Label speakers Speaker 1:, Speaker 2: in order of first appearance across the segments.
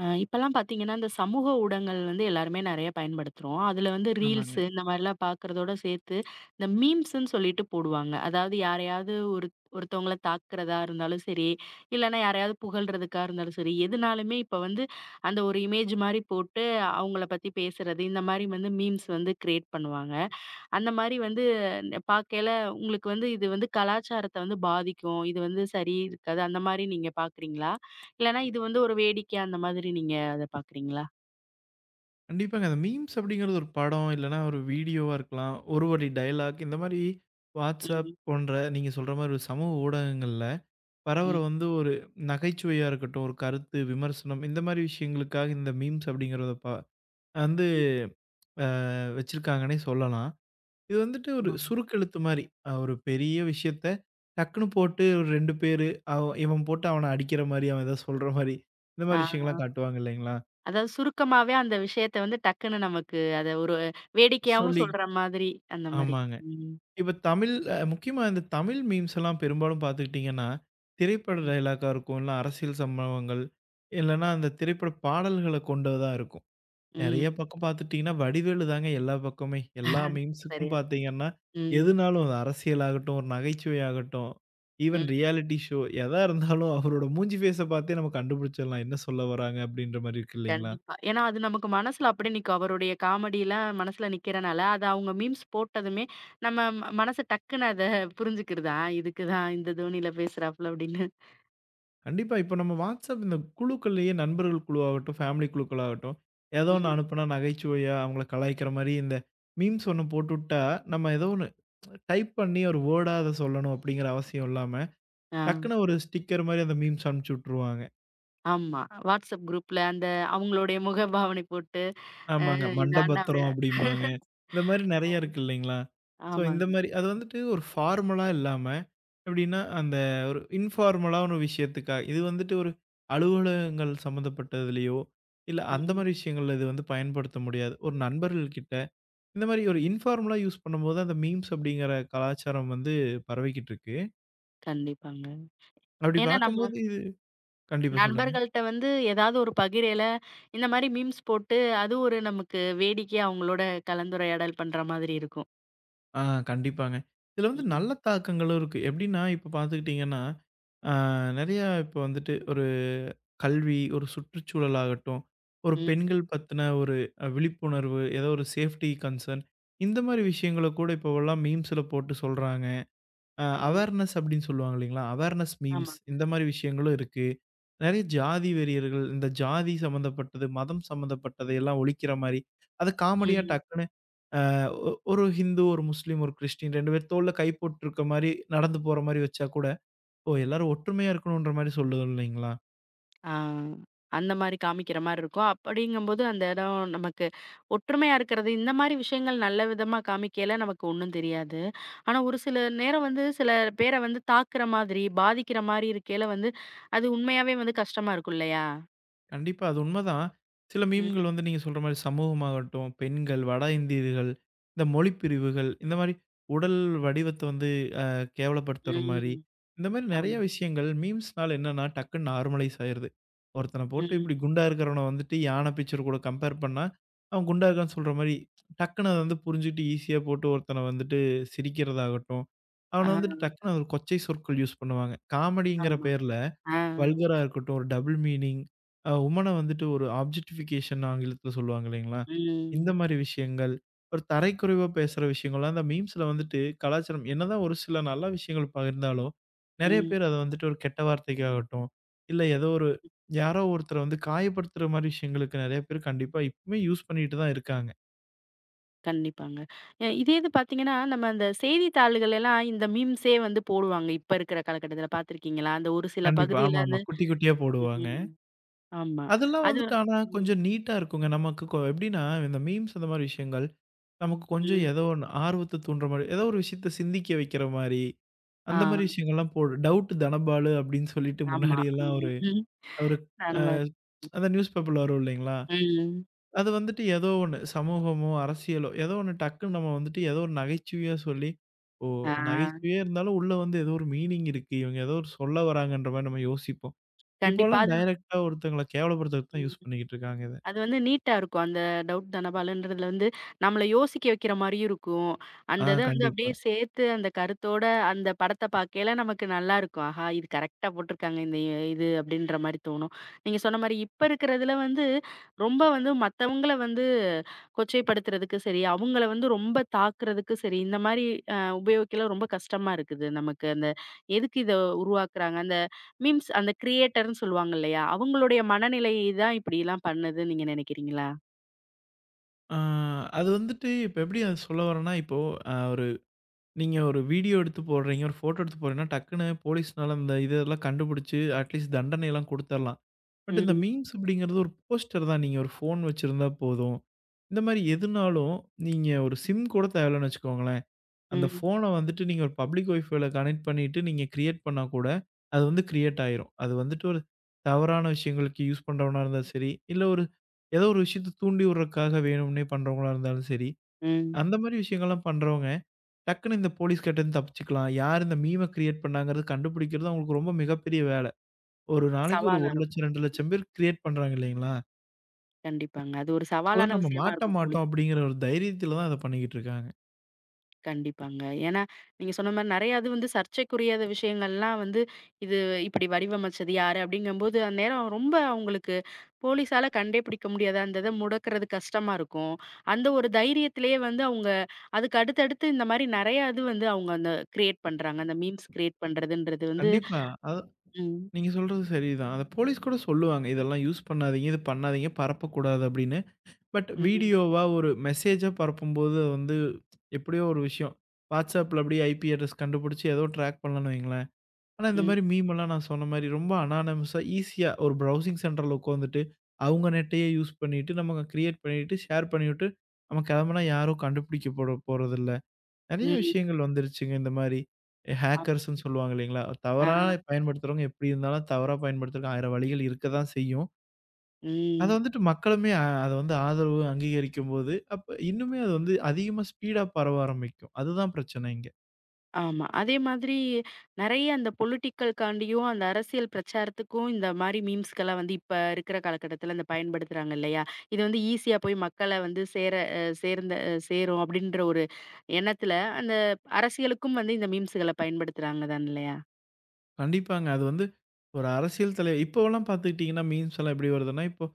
Speaker 1: இப்பலாம் பார்த்தீங்கன்னா, இந்த சமூக ஊடகங்கள் வந்து எல்லாருமே நெறைய பயன்படுத்துறோம். அதுல வந்து
Speaker 2: ஆமாங்க.
Speaker 1: ரீல்ஸு இந்த மாரிலாம் பார்க்குறதோட சேர்த்து, இந்த மீம்ஸுன்னு சொல்லிட்டு போடுவாங்க. அதாவது யாரையாவது ஒருத்தவங்கள தாக்குறதா இருந்தாலும் சரி, இல்லன்னா யாரையாவது புகழ்றதுக்கா இருந்தாலும் சரி, எதுனாலுமே இப்ப வந்து அந்த ஒரு இமேஜ் மாரி போட்டு, அவங்கள பத்தி பேசுறது, இந்த மாரி வந்து மீம்ஸ் வந்து கிரியேட் பண்ணுவாங்க. அந்த மாரி வந்து பார்க்கையில, உங்களுக்கு வந்து இது வந்து கலாச்சாரத்த வந்து பாதிக்கும். இது வந்து சரி இருக்காது. அந்த மாரி நீங்க பார்க்குறீங்களா? இல்லன்னா இது வந்து ஒரு வேடிக்கை அந்த மாதிரி நீங்க அத பார்க்குறீங்களா?
Speaker 2: கண்டிப்பாங்க. அந்த மீம்ஸ் அப்படிங்கிறது ஒரு படம், இல்லன்னா ஒரு வீடியோவா இருக்கலாம். ஒரு வழி டயலாக் இந்த மாரி WhatsApp
Speaker 1: ம்,
Speaker 2: போன்ற நீங்க சொல்ற மாரி ஒரு சமூக ஊடகங்கள்ல பரவற
Speaker 1: ம்,
Speaker 2: வந்து ஒரு நகைச்சுவையா இருக்கட்டும், ஒரு கருத்து, விமர்சனம் இந்த மாரி விஷயங்களுக்காக இந்த மீம்ஸ் அப்படிங்கிறத வந்து
Speaker 1: ம்.
Speaker 2: வச்சிருக்காங்கன்னே சொல்லலாம். இது வந்துட்டு ஒரு
Speaker 1: ஆமாங்க.
Speaker 2: சுருக்கெழுத்து மாரி. ஒரு பெரிய விஷயத்த டக்குனு போட்டு ஒரு 2 பேரு இவன் போட்டு அவன அடிக்கிற மாரி, அவன் ஏதோ சொல்ற மாரி இந்த
Speaker 1: ஆ.
Speaker 2: மாரி விஷயங்கள்லாம் காட்டுவாங்க இல்லைங்களா?
Speaker 1: அதாவது சுருக்கமாவே அந்த விஷயத்த வந்து டக்குன்னு நமக்கு அத ஒரு வேடிக்கையாவும்
Speaker 2: சொல்லி
Speaker 1: சொல்ற மாதிரி அந்த மாரி.
Speaker 2: ஆமாங்க.
Speaker 1: ம்,
Speaker 2: இப்ப தமிழ் முக்கியமா இந்த தமிழ் மீம்ஸ் எல்லாம் பெரும்பாலும் பார்த்துக்கிட்டீங்கன்னா, திரைப்பட
Speaker 1: ம்,
Speaker 2: டயலாக்கா இருக்கும். இல்ல அரசியல் சம்பவங்கள், இல்லன்னா அந்த திரைப்பட பாடல்கள கொண்டதா இருக்கும். நெறைய
Speaker 1: ம்.
Speaker 2: பக்கம் பார்த்துட்டீங்கன்னா, வடிவேலு தாங்க எல்லா பக்கமே. எல்லா மீம்ஸுக்கும்
Speaker 1: சரியா சொன்
Speaker 2: பார்த்தீங்கன்னா,
Speaker 1: ம்,
Speaker 2: எதுனாலும் அது அரசியலாகட்டும், ஒரு நகைச்சுவை ஆகட்டும், ஈவன்
Speaker 1: ம்.
Speaker 2: ரியாலிட்டி ஷோ எதா இருந்தாலும் அவரோட மூஞ்சி ஃபேஸ பார்த்தே நம்ம கண்டுபிடிச்சிடலாம். என்ன சொல்ல வராங்க அப்படின்ற மாரி இருக்கு இல்லைங்களா?
Speaker 1: கண்டிப்பா. ஏன்னா, அது நமக்கு மனசுல அப்படியே நிக்கும். அவருடைய காமெடிலாம் மனசுல நிக்கிறனால, அத அவங்க மீம்ஸ் போட்டதுமே, நம்ம மனசு டக்குன்னு அத புரிஞ்சுக்கிறது. ஆ, இதுக்கு தான் இந்த தோனியில பேசுறாப்புல அப்படின்னு.
Speaker 2: கண்டிப்பா. இப்ப நம்ம WhatsApp இந்த குழுக்கள்லயே நண்பர்கள் குழுவாகட்டும், ஃபேமிலி குழுக்களாகட்டும், ஏதோ ஒண்ணு
Speaker 1: ம்.
Speaker 2: அனுப்புனா நகைச்சுவையா அவங்கள கலாய்க்கிற மாரி இந்த மீம்ஸ் ஒண்ணு போட்டுட்டா, நம்ம ஏதோ ஒண்ணு டைப் பண்ணி ஒரு வேர்டா அத சொல்லணும் அப்படிங்கிற அவசியம் இல்லாம,
Speaker 1: ஆ.
Speaker 2: டக்குனு ஒரு ஸ்டிக்கர் மாரி அந்த மீம்ஸ் அனுப்பிச்சு விட்டுருவாங்க.
Speaker 1: ஆமா. வாட்ஸ்அப் குரூப்ல அந்த அவங்களுடைய முகபாவனை போட்டு, அ
Speaker 2: ஆமாங்க.
Speaker 1: இதாண்டா அப்படியே.
Speaker 2: மண்டபத்திரம் அப்படிம்பாங்க. இந்த மாரி நெறைய இருக்கு இல்லைங்களா? ஸோ இந்த
Speaker 1: ஆமாங்க.
Speaker 2: மாரி அது வந்துட்டு ஒரு ஃபார்மலா இல்லாம, எப்படின்னா அந்த ஒரு இன்ஃபார்மலா ஒரு விஷயத்துக்கா இது வந்துட்டு ஒரு அலுவலகங்கள் சம்மந்தப்பட்டதுலயோ, இல்ல அந்த
Speaker 1: ம்.
Speaker 2: மாரி விஷயங்கள்ல இது வந்து பயன்படுத்த முடியாது. ஒரு நண்பர்கள் கிட்ட இந்த மாரி ஒரு இன்ஃபார்மலா யூஸ் பண்ணும்போது அந்த மீம்ஸ் அப்படிங்கிற கலாச்சாரம் வந்து பரவிக்கிட்டு இருக்கு.
Speaker 1: கண்டிப்பாங்க.
Speaker 2: அப்படி
Speaker 1: ஏன்னா நம்ம
Speaker 2: பார்க்கும்போது இது கண்டிப்பா சொல்லுங்க.
Speaker 1: நண்பர்கள்ட்ட வந்து ஏதாவது ஒரு பகிரையில, இந்த மாரி மீம்ஸ் போட்டு, அது ஒரு நமக்கு வேடிக்கையா அவங்களோட கலந்துரையாடல் பண்ற மாதிரி இருக்கும்.
Speaker 2: ஆ கண்டிப்பாங்க. இதுல வந்து
Speaker 1: ம்.
Speaker 2: நல்ல தாக்கங்களும் இருக்கு. எப்படின்னா இப்ப பார்த்துக்கிட்டீங்கன்னா ஆ நெறையா இப்போ வந்துட்டு ஒரு கல்வி, ஒரு சுற்றுச்சூழல் ஆகட்டும், ஒரு
Speaker 1: ம்.
Speaker 2: பெண்கள் பத்தின ஒரு விழிப்புணர்வு, ஏதோ ஒரு சேஃப்டி கன்சர்ன் இந்த மாரி விஷயங்கள கூட இப்போவெல்லாம் மீம்ஸ்ல போட்டு சொல்றாங்க.
Speaker 1: ம்.
Speaker 2: அவேர்னஸ் அப்படின்னு சொல்லுவாங்க இல்லைங்களா? அவேர்னஸ்
Speaker 1: ஆமா.
Speaker 2: மீம்ஸ் இந்த மாரி விஷயங்களும் இருக்கு. நெறைய ஜாதி வெறியர்கள், இந்த ஜாதி சம்மந்தப்பட்டது, மதம் சம்மந்தப்பட்டதை எல்லாம் ஒழிக்கிற மாரி, அத காமெடியா
Speaker 1: ம்.
Speaker 2: டக்குன்னு அ ஒ ஒரு ஹிந்து, ஒரு முஸ்லீம், ஒரு கிறிஸ்டின் 2 பேர் தோள்ல கை போட்டு இருக்க மாரி நடந்து போற மாரி வச்சா கூட ஓ! எல்லாரும் ஒற்றுமையா இருக்கணுன்ற மாரி சொல்லுது இல்லைங்களா?
Speaker 1: ஆ. அந்த மாரி காமிக்கிற மாரி இருக்கும். அப்படிங்கும்போது அந்த இடம் நமக்கு ஒற்றுமையா இருக்கிறது, இந்த மாரி விஷயங்கள் நல்ல விதமா காமிக்கையில நமக்கு ஒண்ணும் தெரியாது. ஆனா, ஒரு சில நேரம் வந்து சில பேர வந்து தாக்குற மாதிரி, பாதிக்கிற மாரி இருக்கையில வந்து, அது உண்மையாவே வந்து கஷ்டமா இருக்கும் இல்லையா?
Speaker 2: கண்டிப்பா அது உண்மதான். சில
Speaker 1: ம்.
Speaker 2: மீம்கள் வந்து நீங்க சொல்ற மாரி சமூகமாகட்டும், பெண்கள், வட இந்தியர்கள், இந்த மொழி பிரிவுகள், இந்த மாரி உடல் வடிவத்த வந்து கேவலப்படுத்துற மாரி,
Speaker 1: ம்.
Speaker 2: இந்த மாரி நெறைய
Speaker 1: ஆமா.
Speaker 2: விஷயங்கள் மீம்ஸ்னால என்னன்னா டக்குன்னு நார்மலைஸ் ஆயிருது. ஒருத்தன போட்டு இப்படி
Speaker 1: ம்.
Speaker 2: குண்டா இருக்கிறவன வந்துட்டு யானை பிக்சர் கூட கம்பேர் பண்ணா, அவன் குண்டா இருக்கான்னு சொல்ற மாரி டக்குன்னு அத வந்து புரிஞ்சுகிட்டு ஈஸியா போட்டு ஒருத்தன வந்துட்டு சிரிக்கிறதாகட்டும்,
Speaker 1: ஆ.
Speaker 2: அவன வந்துட்டு டக்குன்னு ஒரு கொச்சை சொற்கள் யூஸ் பண்ணுவாங்க. காமெடிங்கிற
Speaker 1: ஆமா.
Speaker 2: பேர்ல.
Speaker 1: ஆ.
Speaker 2: வல்கரா இருக்கட்டும், ஒரு டபுள் மீனிங், உமன வந்துட்டு ஒரு ஆப்ஜெக்டிஃபிகேஷன் ஆங்கிலத்தில சொல்லுவாங்க இல்லைங்களா? இந்த
Speaker 1: ம்.
Speaker 2: மாரி விஷயங்கள், ஒரு தரைக்குறைவா பேசுற விஷயங்கள்லாம் அந்த மீம்ஸ்ல வந்துட்டு கலாச்சாரம் என்னதான் ஒரு சில நல்ல விஷயங்கள் பகிர்ந்தாலும், நெறைய
Speaker 1: ம்.
Speaker 2: பேர் அத வந்துட்டு ஒரு கெட்ட வார்த்தைக்காகட்டும், இல்ல ஏதோ ஒரு யாரோ ஒருத்தர வந்து காயப்படுத்துற மாரி விஷயங்களுக்கு நெறைய பேர் கண்டிப்பா இப்பவுமே யூஸ் பண்ணிட்டு தான் இருக்காங்க.
Speaker 1: கண்டிப்பாங்க. இதே இது பார்த்தீங்கன்னா, நம்ம அந்த செய்தித்தாள்கள் எல்லாம் இந்த மீம்ஸே வந்து போடுவாங்க. இப்ப இருக்கிற காலகட்டத்தில பார்த்துருக்கீங்களா? அந்த ஒரு சில
Speaker 2: கண்டிப்பா.
Speaker 1: பகுதியில
Speaker 2: ஆமாமா.
Speaker 1: வந்து.
Speaker 2: குட்டி குட்டியா போடுவாங்க.
Speaker 1: ம். ஆமா.
Speaker 2: அதெல்லாம்
Speaker 1: அது
Speaker 2: வந்துட்டு ஆனா
Speaker 1: ம்,
Speaker 2: கொஞ்சம் நீட்டா இருக்குங்க. நமக்கு எப்படின்னா, இந்த மீம்ஸ் அந்த மாரி விஷயங்கள், நமக்கு கொஞ்சம்
Speaker 1: ம்.
Speaker 2: ஏதோ ஒண்ணு ஆர்வத்த தூண்டுற மாரி, ஏதோ ஒரு விஷயத்த சிந்திக்க வைக்கிற மாரி,
Speaker 1: ஆ.
Speaker 2: அந்த மாரி விஷயங்கள்லாம் போடு டவுட் தனபாலு அப்படின்னு சொல்லிட்டு
Speaker 1: ஆமா.
Speaker 2: முன்னாடியெல்லாம்
Speaker 1: ம்.
Speaker 2: ஒரு
Speaker 1: ம்,
Speaker 2: ஒரு அ
Speaker 1: நானும் பாத்
Speaker 2: அந்த நியூஸ் பேப்பர்ல வரும் இல்லைங்களா?
Speaker 1: ம்.
Speaker 2: அது வந்துட்டு ஏதோ ஒண்ணு சமூகமோ, அரசியலோ ஏதோ ஒண்ணு டக்குன்னு நம்ம வந்துட்டு ஏதோ ஒரு நகைச்சுவையா சொல்லி, ஓ!
Speaker 1: ஆ.
Speaker 2: நகைச்சுவையா இருந்தாலும் உள்ள வந்து ஏதோ ஒரு மீனிங் இருக்கு. இவங்க ஏதோ ஒரு சொல்ல வராங்கன்ற மாரி நம்ம யோசிப்போம்.
Speaker 1: கண்டிப்பா.
Speaker 2: இப்போலாம்
Speaker 1: அது
Speaker 2: டைரக்ட்டா ஒருத்தங்கள கேவலப்படுத்துறதுக்கு தான் யூஸ்
Speaker 1: ம்.
Speaker 2: பண்ணிக்கிட்டு இருக்காங்க இத.
Speaker 1: அது வந்து நீட்டா இருக்கும். அந்த டவுட் தனபாலுன்றதுல வந்து நம்மள யோசிக்க வைக்கிற மாரியும் இருக்கும். அந்த இத வந்து அப்படியே
Speaker 2: கண்டிப்பா.
Speaker 1: சேர்த்து அந்த கருத்தோட அந்த படத்த பார்க்கையில நமக்கு நல்லாருக்கும். ஆஹா! இது கரெக்ட்டா போட்டுருக்காங்க இந்த, இது அப்படின்ற மாரி தோணும். நீங்க சொன்ன மாரி இப்ப இருக்கிறதுல வந்து ரொம்ப வந்து மத்தவங்கள வந்து கொச்சைப்படுத்துறதுக்கு சரி, அவங்கள வந்து ரொம்ப தாக்குறதுக்கு சரி, இந்த மாரி உபயோகிக்கல ரொம்ப கஷ்டமா இருக்குது நமக்கு. அந்த, எதுக்கு இத உருவாக்குறாங்க? அந்த மீம்ஸ் அந்த கிரியேட்டர்ன்னு சொல்லுவாங்க இல்லையா? அவங்களுடைய மனநிலை தான் இப்படிலாம் பண்ணுதுன்னு நீங்க நினைக்கிறீங்களா?
Speaker 2: ஆ அது வந்துட்டு இப்ப எப்படி அத சொல்ல வரேன்னா, இப்போ அ ஒரு நீங்க ஒரு வீடியோ எடுத்து போடுறீங்க, ஒரு ஃபோட்டோ எடுத்து போடுறீங்கன்னா, டக்குன்னு போலீஸ்னால இந்த இதெல்லாம் கண்டுபிடிச்சு அட்லீஸ்ட் தண்டனைலாம் குடுத்தரலாம். பட் இந்த
Speaker 1: ம்,
Speaker 2: மீம்ஸ் அப்படிங்கிறது ஒரு போஸ்டர் தான். நீங்க ஒரு ஃபோன் வச்சிருந்தா போதும். இந்த மாரி எதுனாலும் நீங்க ஒரு சிம் கூட தேவையில்லன்னு வச்சுக்கோங்களேன். அந்த
Speaker 1: ம்,
Speaker 2: ஃபோன வந்துட்டு நீங்க ஒரு பப்ளிக் ஒய்ஃபைல கனெக்ட் பண்ணிட்டு நீங்க கிரியேட் பண்ணா கூட, அது வந்து கிரியேட் ஆயிரும். அது வந்துட்டு ஒரு தவறான விஷயங்களுக்கு யூஸ் பண்றவனா இருந்தா சரி, இல்ல ஒரு ஏதோ ஒரு விஷயத்த தூண்டி விடுறதுக்காக வேணும்னே பண்றவங்களா இருந்தாலும் சரி,
Speaker 1: ம்.
Speaker 2: அந்த மாரி விஷயங்கள்லாம் பண்றவங்க டக்குனு இந்த போலீஸ் கிட்டேருந்து தப்பிச்சுக்கலாம். யார் இந்த மீம கிரியேட் பண்ணாங்கிறது கண்டுபிடிக்கிறது அவங்களுக்கு ரொம்ப மிகப்பெரிய வேல. ஒரு நாளைக்கு ஒரு
Speaker 1: சவாலா இருக்கும்.
Speaker 2: 1,00,000 2,00,000 பேர் கிரியேட் பண்றாங்க இல்லைங்களா?
Speaker 1: கண்டிப்பாங்க. அது ஒரு
Speaker 2: ஸோ
Speaker 1: சவாலான
Speaker 2: நம்ம
Speaker 1: விஷயமா
Speaker 2: மாட்ட
Speaker 1: இருக்கும்
Speaker 2: மாட்டோம்
Speaker 1: போலீஸ்.
Speaker 2: அப்படிங்கிற ஒரு தைரியத்தில தான் அத பண்ணிக்கிட்டு இருக்காங்க.
Speaker 1: கண்டிப்பாங்க. ஏன்னா, நீங்க சொன்ன மாரி நெறைய அது வந்து சர்ச்சைக்குரியத விஷயங்கள்லாம் வந்து, இது இப்படி வடிவமைச்சது யாரு? அப்படிங்கும்போது அந்நேரம் ரொம்ப அவங்களுக்கு போலீஸால கண்டே பிடிக்க முடியாது. அந்த இத முடக்குறது கஷ்டமா இருக்கும். அந்த ஒரு தைரியத்திலேயே வந்து அவங்க அதுக்கு அடுத்தடுத்து இந்த மாரி நெறைய இது வந்து அவங்க அந்த கிரியேட் பண்றாங்க. அந்த மீம்ஸ் கிரியேட் பண்றதுன்றது வந்து.
Speaker 2: கண்டிப்பா.
Speaker 1: ம்.
Speaker 2: நீங்க சொல்றது சரிதான். அத போலீஸ் கூட சொல்லுவாங்க. இதெல்லாம் யூஸ் பண்ணாதீங்க, இது பண்ணாதீங்க, பரப்பக்கூடாது அப்படின்னு. பட்
Speaker 1: ம்.
Speaker 2: வீடியோவா ஒரு மெசேஜா பரப்பும்போது அது வந்து எப்படியோ ஒரு விஷயம். WhatsAppல அப்படியே ஐபி அட்ரஸ் கண்டுபிடிச்சு ஏதோ ட்ராக் பண்ணலாம்னு வைங்களேன். ஆனா இந்த
Speaker 1: ம்.
Speaker 2: மாரி மீம்லாம் நான் சொன்ன மாரி ரொம்ப அனானிமஸா ஈஸியா ஒரு ப்ரௌசிங் சென்டர்ல உட்காந்துட்டு, அவங்க நெட்டையே யூஸ் பண்ணிட்டு, நம்ம கிரியேட் பண்ணிட்டு, ஷேர் பண்ணிவிட்டு, நம்ம கிளம்புனா யாரும் கண்டுபிடிக்க போட போறதில்ல. நெறைய
Speaker 1: ம்.
Speaker 2: விஷயங்கள் வந்துருச்சுங்க. இந்த மாரி
Speaker 1: அப்
Speaker 2: ஹேக்கர்ஸ்ன்னு சொல்லுவாங்க இல்லைங்களா?
Speaker 1: ஆ.
Speaker 2: தவறா பயன்படுத்துறவங்க எப்டி இருந்தாலும் தவறா பயன்படுத்துறதுக்கு 1000 வழிகள் இருக்க தான் செய்யும். அத
Speaker 1: ம்.
Speaker 2: வந்துட்டு மக்களுமே அத வந்து ஆதரவு அங்கீகரிக்கும்போது, அப்ப இன்னுமே அது வந்து அதிகமா ஸ்பீடா பரவ ஆரம்பிக்கும். அதுதான் பிரச்சனை இங்க.
Speaker 1: ஆமா. அதே மாதிரி நெறைய அந்த பொலிட்டிக்கல்காண்டியும், அந்த அரசியல் பிரச்சாரத்துக்கும் இந்த மாரி மீம்ஸ்க்கெல்லாம் வந்து இப்ப இருக்கிற காலகட்டத்தில இந்த பயன்படுத்துறாங்க இல்லையா? இது வந்து ஈஸியா போய் மக்கள வந்து சேர அ சேர்ந்த அ சேரும் அப்படின்ற ஒரு எண்ணத்துல, அந்த அரசியலுக்கும் வந்து இந்த மீம்ஸ்கள பயன்படுத்துறாங்க தான் இல்லையா?
Speaker 2: கண்டிப்பாங்க. அது வந்து ஒரு அரசியல் தலை இப்போலாம் பார்த்துக்கிட்டீங்கன்னா, மீம்ஸ் எல்லாம் எப்டி வருதுன்னா, இப்போ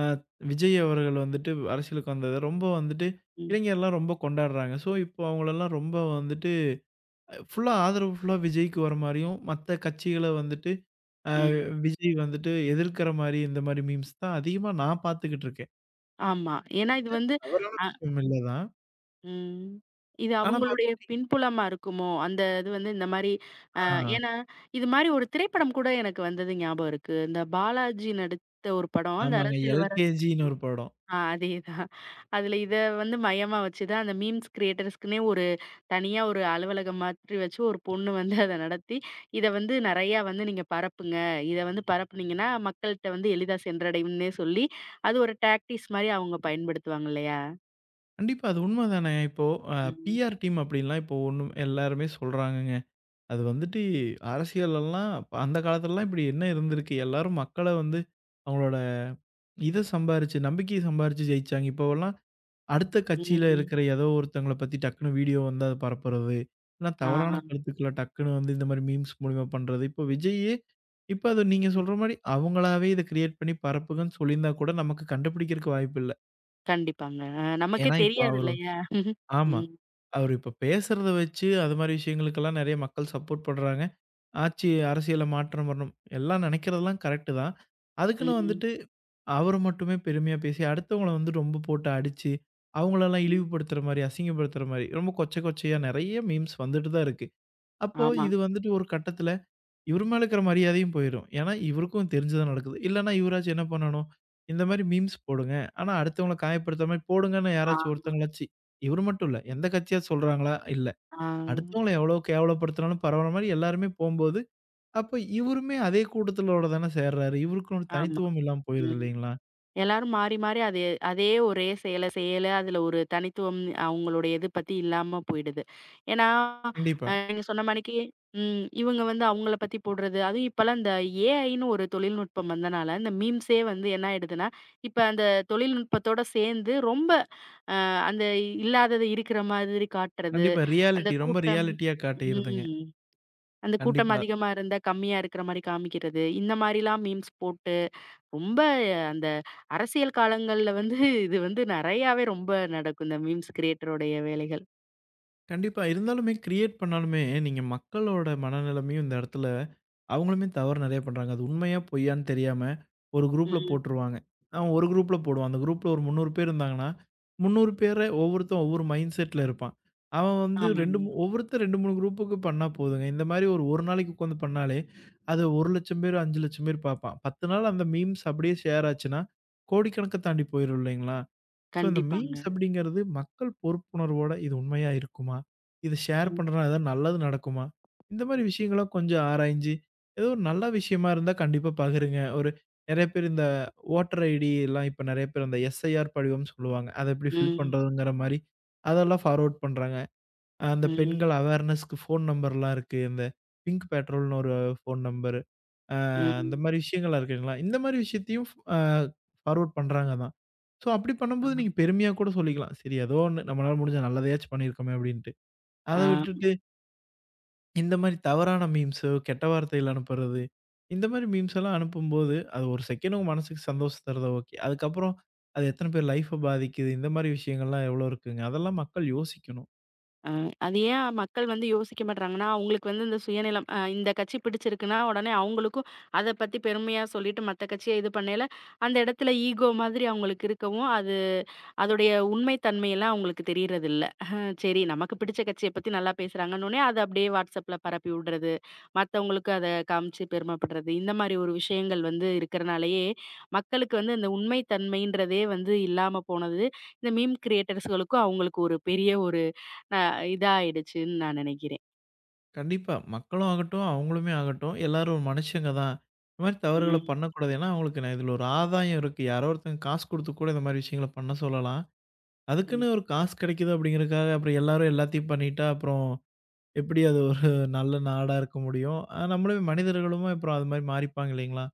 Speaker 2: அ விஜய் அவர்கள் வந்துட்டு அரசியலுக்கு வந்தத ரொம்ப வந்துட்டு
Speaker 1: ம்.
Speaker 2: இளைஞர்லாம் ரொம்ப கொண்டாடுறாங்க. ஸோ இப்போ அவங்களலாம் ரொம்ப வந்துட்டு ஃபுல்லா ஆதரவு ஃபுல்லா விஜய்க்கு வர மாரியும், மத்த கட்சிகள வந்துட்டு அ
Speaker 1: ம்.
Speaker 2: விஜய் வந்துட்டு எதிர்க்கிற மாரி, இந்த மாரி மீம்ஸ் தான் அதிகமா நான் பார்த்துக்கிட்டு இருக்கேன்.
Speaker 1: ஆமா. ஏன்னா இது
Speaker 2: இது
Speaker 1: வந்து
Speaker 2: தவறான
Speaker 1: அ
Speaker 2: விஷயம் இல்ல தான்.
Speaker 1: ம். இது
Speaker 2: ஆனா
Speaker 1: அவங்களுடைய
Speaker 2: பாத்தீங்க
Speaker 1: பின்புலமா இருக்குமோ? அந்த இது வந்து இந்த மாரி.
Speaker 2: ஆ
Speaker 1: ஏன்னா, இது மாரி ஒரு திரைப்படம் கூட எனக்கு வந்தது ஞாபகம் இருக்கு. இந்த பாலாஜி நடித்த ஒரு படம். அந்த
Speaker 2: ஆமாங்க.
Speaker 1: அரசியல் வர.
Speaker 2: எல்கேஜின்னு ஒரு படம்.
Speaker 1: ஆ, அதேதான். அதுல இத வந்து மையமா வச்சு தான் அந்த மீம்ஸ் கிரியேட்டர்ஸ்க்குன்னே ஒரு தனியா ஒரு அலுவலகம் மாதிரி வச்சு ஒரு பொண்ணு வந்து அத நடத்தி, இத வந்து நெறையா வந்து நீங்க பரப்புங்க. இத வந்து பரப்புனீங்கன்னா மக்கள்ட்ட வந்து எளிதா சென்றடையும்னே சொல்லி, அது ஒரு டாக்டிஸ் மாரி அவங்க பயன்படுத்துவாங்க இல்லையா?
Speaker 2: கண்டிப்பா அது உண்மதானே. இப்போ அ
Speaker 1: ம்.
Speaker 2: பிஆர் டீம் அப்படின்லாம் இப்போ ஒண்ணும் எல்லாருமே சொல்றாங்கங்க. அது வந்துட்டு
Speaker 1: ம்.
Speaker 2: அரசியல்லலாம் அந்த காலத்துலலாம் இப்படி என்ன இருந்திருக்கு? எல்லாரும் மக்கள வந்து அவங்களோட இத சம்பாரிச்சு, நம்பிக்கைய சம்பாரிச்சு ஜெயிச்சாங்க. இப்போவெல்லாம் அடுத்த கட்சியில
Speaker 1: ம்.
Speaker 2: இருக்கிற ஏதோ ஒருத்தவங்கள பத்தி டக்குனு வீடியோ வந்து அத பரப்புறது. இல்ல தவறான
Speaker 1: ஆ.
Speaker 2: கருத்துக்கள டக்குனு வந்து இந்த மாரி மீம்ஸ் மூலியமா பண்றது. இப்ப அது நீங்க
Speaker 1: ம்.
Speaker 2: சொல்ற மாரி அவங்களாவே இத கிரியேட் பண்ணி பரப்புங்கன்னு சொல்லியிருந்தா கூட நமக்கு கண்டுபிடிக்கிறக்கு வாய்ப்பில்ல.
Speaker 1: கண்டிப்பாங்க. நமக்கே
Speaker 2: ஏன்னா இப்ப
Speaker 1: தெரியாது
Speaker 2: அவரு
Speaker 1: இல்லையா?
Speaker 2: ஆமா.
Speaker 1: ம்.
Speaker 2: அவரு இப்ப பேசுறத வச்சு அது மாரி விஷயங்களுக்கெல்லாம் நெறைய மக்கள் சப்போர்ட் பண்றாங்க. ஆட்சி அரசியல மாற்றம் வரணும். எல்லாம் நெனைக்கிறதெல்லாம் கரெக்ட்டு தான். அதுக்குன்னு
Speaker 1: ம்.
Speaker 2: வந்துட்டு அவர மட்டுமே பெருமையா பேசி, அடுத்தவங்கள வந்து ரொம்ப போட்டு அடிச்சு, அவங்களலாம்
Speaker 1: ம்.
Speaker 2: இழிவுபடுத்துற மாரி, அசிங்கப்படுத்துற மாரி, ரொம்ப கொச்சை கொச்சையா நெறைய மீம்ஸ் வந்துட்டு தான் இருக்கு. அப்போ
Speaker 1: ஆமா.
Speaker 2: இது வந்துட்டு ஒரு கட்டத்தில இவர் மேல இருக்கிற மரியாதையும் போயிரும். ஏன்னா, இவருக்கும் தெரிஞ்சு தான் நடக்குது. இல்லன்னா இவராச்சும் என்ன பண்ணணும்? இந்த மாரி மீம்ஸ் போடுங்க. ஆனா அடுத்தவங்கள காயப்படுத்தாம மாரி போடுங்கன்னு
Speaker 1: ஆ,
Speaker 2: யாராச்சும் ஒருத்தவங்களாச்சு இவரு மட்டும் இல்ல. எந்த கட்சியாவது சொல்றாங்களா? இல்ல.
Speaker 1: ஆ.
Speaker 2: அடுத்தவங்கள எவ்வளோ கேவலப்படுத்துனாலும் பரவாயில்ல மாரி எல்லாருமே போம்போது, அப்ப இவருமே அதே கூட்டத்திலோட தானே சேர்றாரு. இவருக்குன்னு ஒரு
Speaker 1: ஆமா.
Speaker 2: தனித்துவம் இல்லாம போயிருது
Speaker 1: ம்.
Speaker 2: இல்லைங்களா?
Speaker 1: எல்லாரும் மாறி, மாறி அது அதே ஒரே செயலை செயல செய்யல, அதுல ஒரு தனித்துவம் அவங்களுடைய இது பத்தி இல்லாம போயிடுது. ஏன்னா,
Speaker 2: கண்டிப்பா.
Speaker 1: நீங்க சொன்ன மாணிக்கு. ம். இவங்க வந்து அவங்கள பத்தி போடுறது, அதுவும் இப்பலாம் இந்த ஏஐன்னு ஒரு தொழில்நுட்பம் வந்தனால, இந்த மீம்ஸே வந்து என்ன ஆயிடுதுன்னா, இப்ப அந்த தொழில்நுட்பத்தோட சேர்ந்து ரொம்ப அ அந்த இல்லாதது இருக்கிற மாதிரி காட்டுறது,
Speaker 2: கண்டிப்பா.
Speaker 1: அந்த
Speaker 2: ரியாலிட்டி ரொம்ப
Speaker 1: கூட்டம்
Speaker 2: ரியாலிட்டியா காட்டியிருதுங்க.
Speaker 1: ம். அந்த கூட்டம்
Speaker 2: கண்டிப்பா.
Speaker 1: அதிகமா இருந்தா, கம்மியா இருக்கிற மாரி காமிக்கிறது. இந்த மாரிலாம் மீம்ஸ் போட்டு, ரொம்ப அந்த அரசியல் காலங்கள்ல வந்து இது வந்து நெறையாவே ரொம்ப நடக்கும். இந்த மீம்ஸ் கிரியேட்டருடைய வேலைகள்.
Speaker 2: கண்டிப்பா. இருந்தாலுமே கிரியேட் பண்ணாலுமே, நீங்க மக்களோட மனநிலைமையும் இந்த இடத்துல அவங்களுமே தவறு நெறைய பண்றாங்க. அது உண்மையா, பொய்யான்னு தெரியாம ஒரு குரூப்ல
Speaker 1: ம்.
Speaker 2: போட்டுருவாங்க. அவன் ஒரு குரூப்ல போடுவான். அந்த குரூப்ல ஒரு 300 பேர் இருந்தாங்கன்னா, 300 பேர ஒவ்வொருத்தன் ஒவ்வொரு மைண்ட் செட்ல இருப்பான். அவன் வந்து
Speaker 1: ஆமாங்க.
Speaker 2: 2 மூ ஒவ்வொருத்தன் 2, 3 குரூப்புக்கு பண்ணா போதுங்க. இந்த மாரி ஒரு நாளைக்கு உட்காந்து பண்ணாலே, அது 1,00,000 பேர், 5,00,000 பேர் பார்ப்பான். 10 நாள் அந்த மீம்ஸ் அப்படியே ஷேர் ஆச்சுன்னா, கோடிக்கணக்க தாண்டி போயிரும் இல்லைங்களா? ஸோ, இந்த மீம்ஸ்
Speaker 1: கண்டிப்பாங்க.
Speaker 2: அப்படிங்கிறது மக்கள் பொறுப்புணர்வோட இது உண்மையா இருக்குமா? இது ஷேர்
Speaker 1: ம்.
Speaker 2: பண்றனால ஏதாவது நல்லது நடக்குமா? இந்த மாரி விஷயங்கள்லாம் கொஞ்சம் ஆராய்ஞ்சு, ஏதோ ஒரு நல்ல விஷயமா இருந்தா கண்டிப்பா பகிருங்க. ஒரு நெறைய பேர் இந்த ஓட்டர் ஐடி எல்லாம் இப்ப நெறைய பேர் அந்த எஸ்ஐஆர் படிவம்னு சொல்லுவாங்க. அத எப்படி ஃபில்
Speaker 1: ம்.
Speaker 2: பண்றதுங்கிற மாரி அதெல்லாம் ஃபார்வர்ட் பண்றாங்க. அந்த
Speaker 1: ம்.
Speaker 2: பெண்கள் அவேர்னஸ்க்கு ஃபோன் நம்பர்லாம் இருக்கு. இந்த பிங்க் பெட்ரோல்னு ஒரு ஃபோன் நம்பர். அ அந்த
Speaker 1: ம்.
Speaker 2: மாரி விஷயங்கள்லாம் இருக்கு இல்லைங்களா? இந்த மாரி விஷயத்தையும் ஃப் அ ஃபார்வர்ட் பண்றாங்க தான். ஸோ அப்படி பண்ணும்போது
Speaker 1: ஆமா.
Speaker 2: நீங்க பெருமையா கூட சொல்லிக்கலாம். சரி ஏதோ ஒண்ணு நம்மளால முடிஞ்ச நல்லதையாச்சும் பண்ணியிருக்கோமே அப்படின்ட்டு. அத
Speaker 1: ஆ.
Speaker 2: விட்டுட்டு இந்த மாரி தவறான மீம்ஸோ, கெட்ட வார்த்தைகள் அனுப்புறது, இந்த மாரி மீம்ஸ் எல்லாம் அனுப்பும்போது, அது ஒரு செகண்ட் உங்க மனசுக்கு சந்தோஷம் தருது ஓகே. அதுக்கப்புறம் அது எத்தன பேர் லைஃப்ப பாதிக்குது, இந்த மாரி விஷயங்கள்லாம் எவ்வளோ இருக்குங்க. அதெல்லாம் மக்கள் யோசிக்கணும்.
Speaker 1: அ அது ஏன் மக்கள் வந்து யோசிக்க மாட்றாங்கன்னா, அவங்களுக்கு வந்து இந்த சுயநலம் இந்த கட்சி பிடிச்சிருக்குன்னா, உடனே அவங்களுக்கும் அத பத்தி பெருமையா சொல்லிட்டு மத்த கட்சிய இது பண்ணையில, அந்த இடத்துல ஈகோ மாதிரி அவங்களுக்கு இருக்கவும், அது அதோடைய உண்மை தன்மையெல்லாம் அவங்களுக்கு தெரியறதில்ல. சரி நமக்கு பிடிச்ச கட்சிய பத்தி நல்லா பேசுறாங்கன்னோனே, அத அப்படியே WhatsAppல பரப்பி விடுறது, மத்தவங்களுக்கு அத காமிச்சு பெருமைப்படுறது, இந்த மாரி ஒரு விஷயங்கள் வந்து இருக்கிறனாலேயே, மக்களுக்கு வந்து அந்த உண்மை தன்மைன்றதே வந்து இல்லாம போனது, இந்த மீம் கிரியேட்டர்ஸ்களுக்கும் அவங்களுக்கு ஒரு பெரிய ஒரு அ இதாயிடுச்சுன்னு நான் நினைக்கிறேன்.
Speaker 2: கண்டிப்பா. மக்களும் ஆகட்டும், அவங்களுமே ஆகட்டும், எல்லாரும் ஒரு மனுஷங்க தான். இந்த மாரி தவறுகள
Speaker 1: ம்.
Speaker 2: பண்ணக்கூடாது. ஏன்னா, அவங்களுக்கு நான் இதில ஒரு ஆதாயம் இருக்கு. யாரோ ஒருத்தங்க காசு குடுத்து கூட இந்த மாரி விஷயங்கள பண்ண சொல்லலாம். அதுக்குன்னு
Speaker 1: கண்டிப்
Speaker 2: ஒரு காசு கிடைக்குது அப்படிங்கிறதுக்காக அப்புறம் எல்லாரும் எல்லாத்தையும் பண்ணிட்டா, அப்புறம் எப்படி அது ஒரு நல்ல நாடா இருக்க முடியும்? நம்மளுமே மனிதர்களுமே அப்புறம் அது மாரி மாறிப்பாங்க இல்லைங்களா?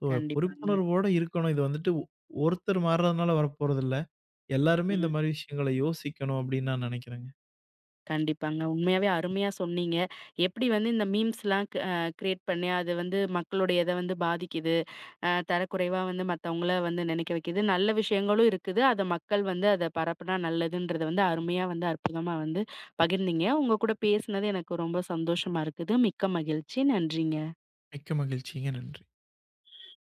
Speaker 2: ஸோ,
Speaker 1: கண்டிப்பாங்க.
Speaker 2: பொறுப்புணர்வோட இருக்கணும். இது வந்துட்டு ஒருத்தர் மாறுறதுனால வரப்போறதில்ல. எல்லாருமே இந்த
Speaker 1: ம்.
Speaker 2: மாரி விஷயங்கள யோசிக்கணும் அப்படின்னு நான் நினைக்கிறேங்க.
Speaker 1: கண்டிப்பாங்க. உண்மையாவே அருமையா சொன்னீங்க. எப்படி வந்து இந்த மீம்ஸ்லாம் க் அ கிரியேட் பண்ணி அது வந்து மக்களுடைய இத வந்து பாதிக்குது. தரக்குறைவா வந்து மத்தவங்கள வந்து நினைக்க வைக்குது. நல்ல விஷயங்களும் இருக்குது. அத மக்கள் வந்து அத பரப்புனா நல்லதுன்றத வந்து அருமையா வந்து அற்புதமா வந்து பகிர்ந்தீங்க. உங்க கூட பேசினது எனக்கு ரொம்ப சந்தோஷமா இருக்குது. மிக்க மகிழ்ச்சி. நன்றிங்க.
Speaker 2: மிக்க மகிழ்ச்சிங்க. நன்றி.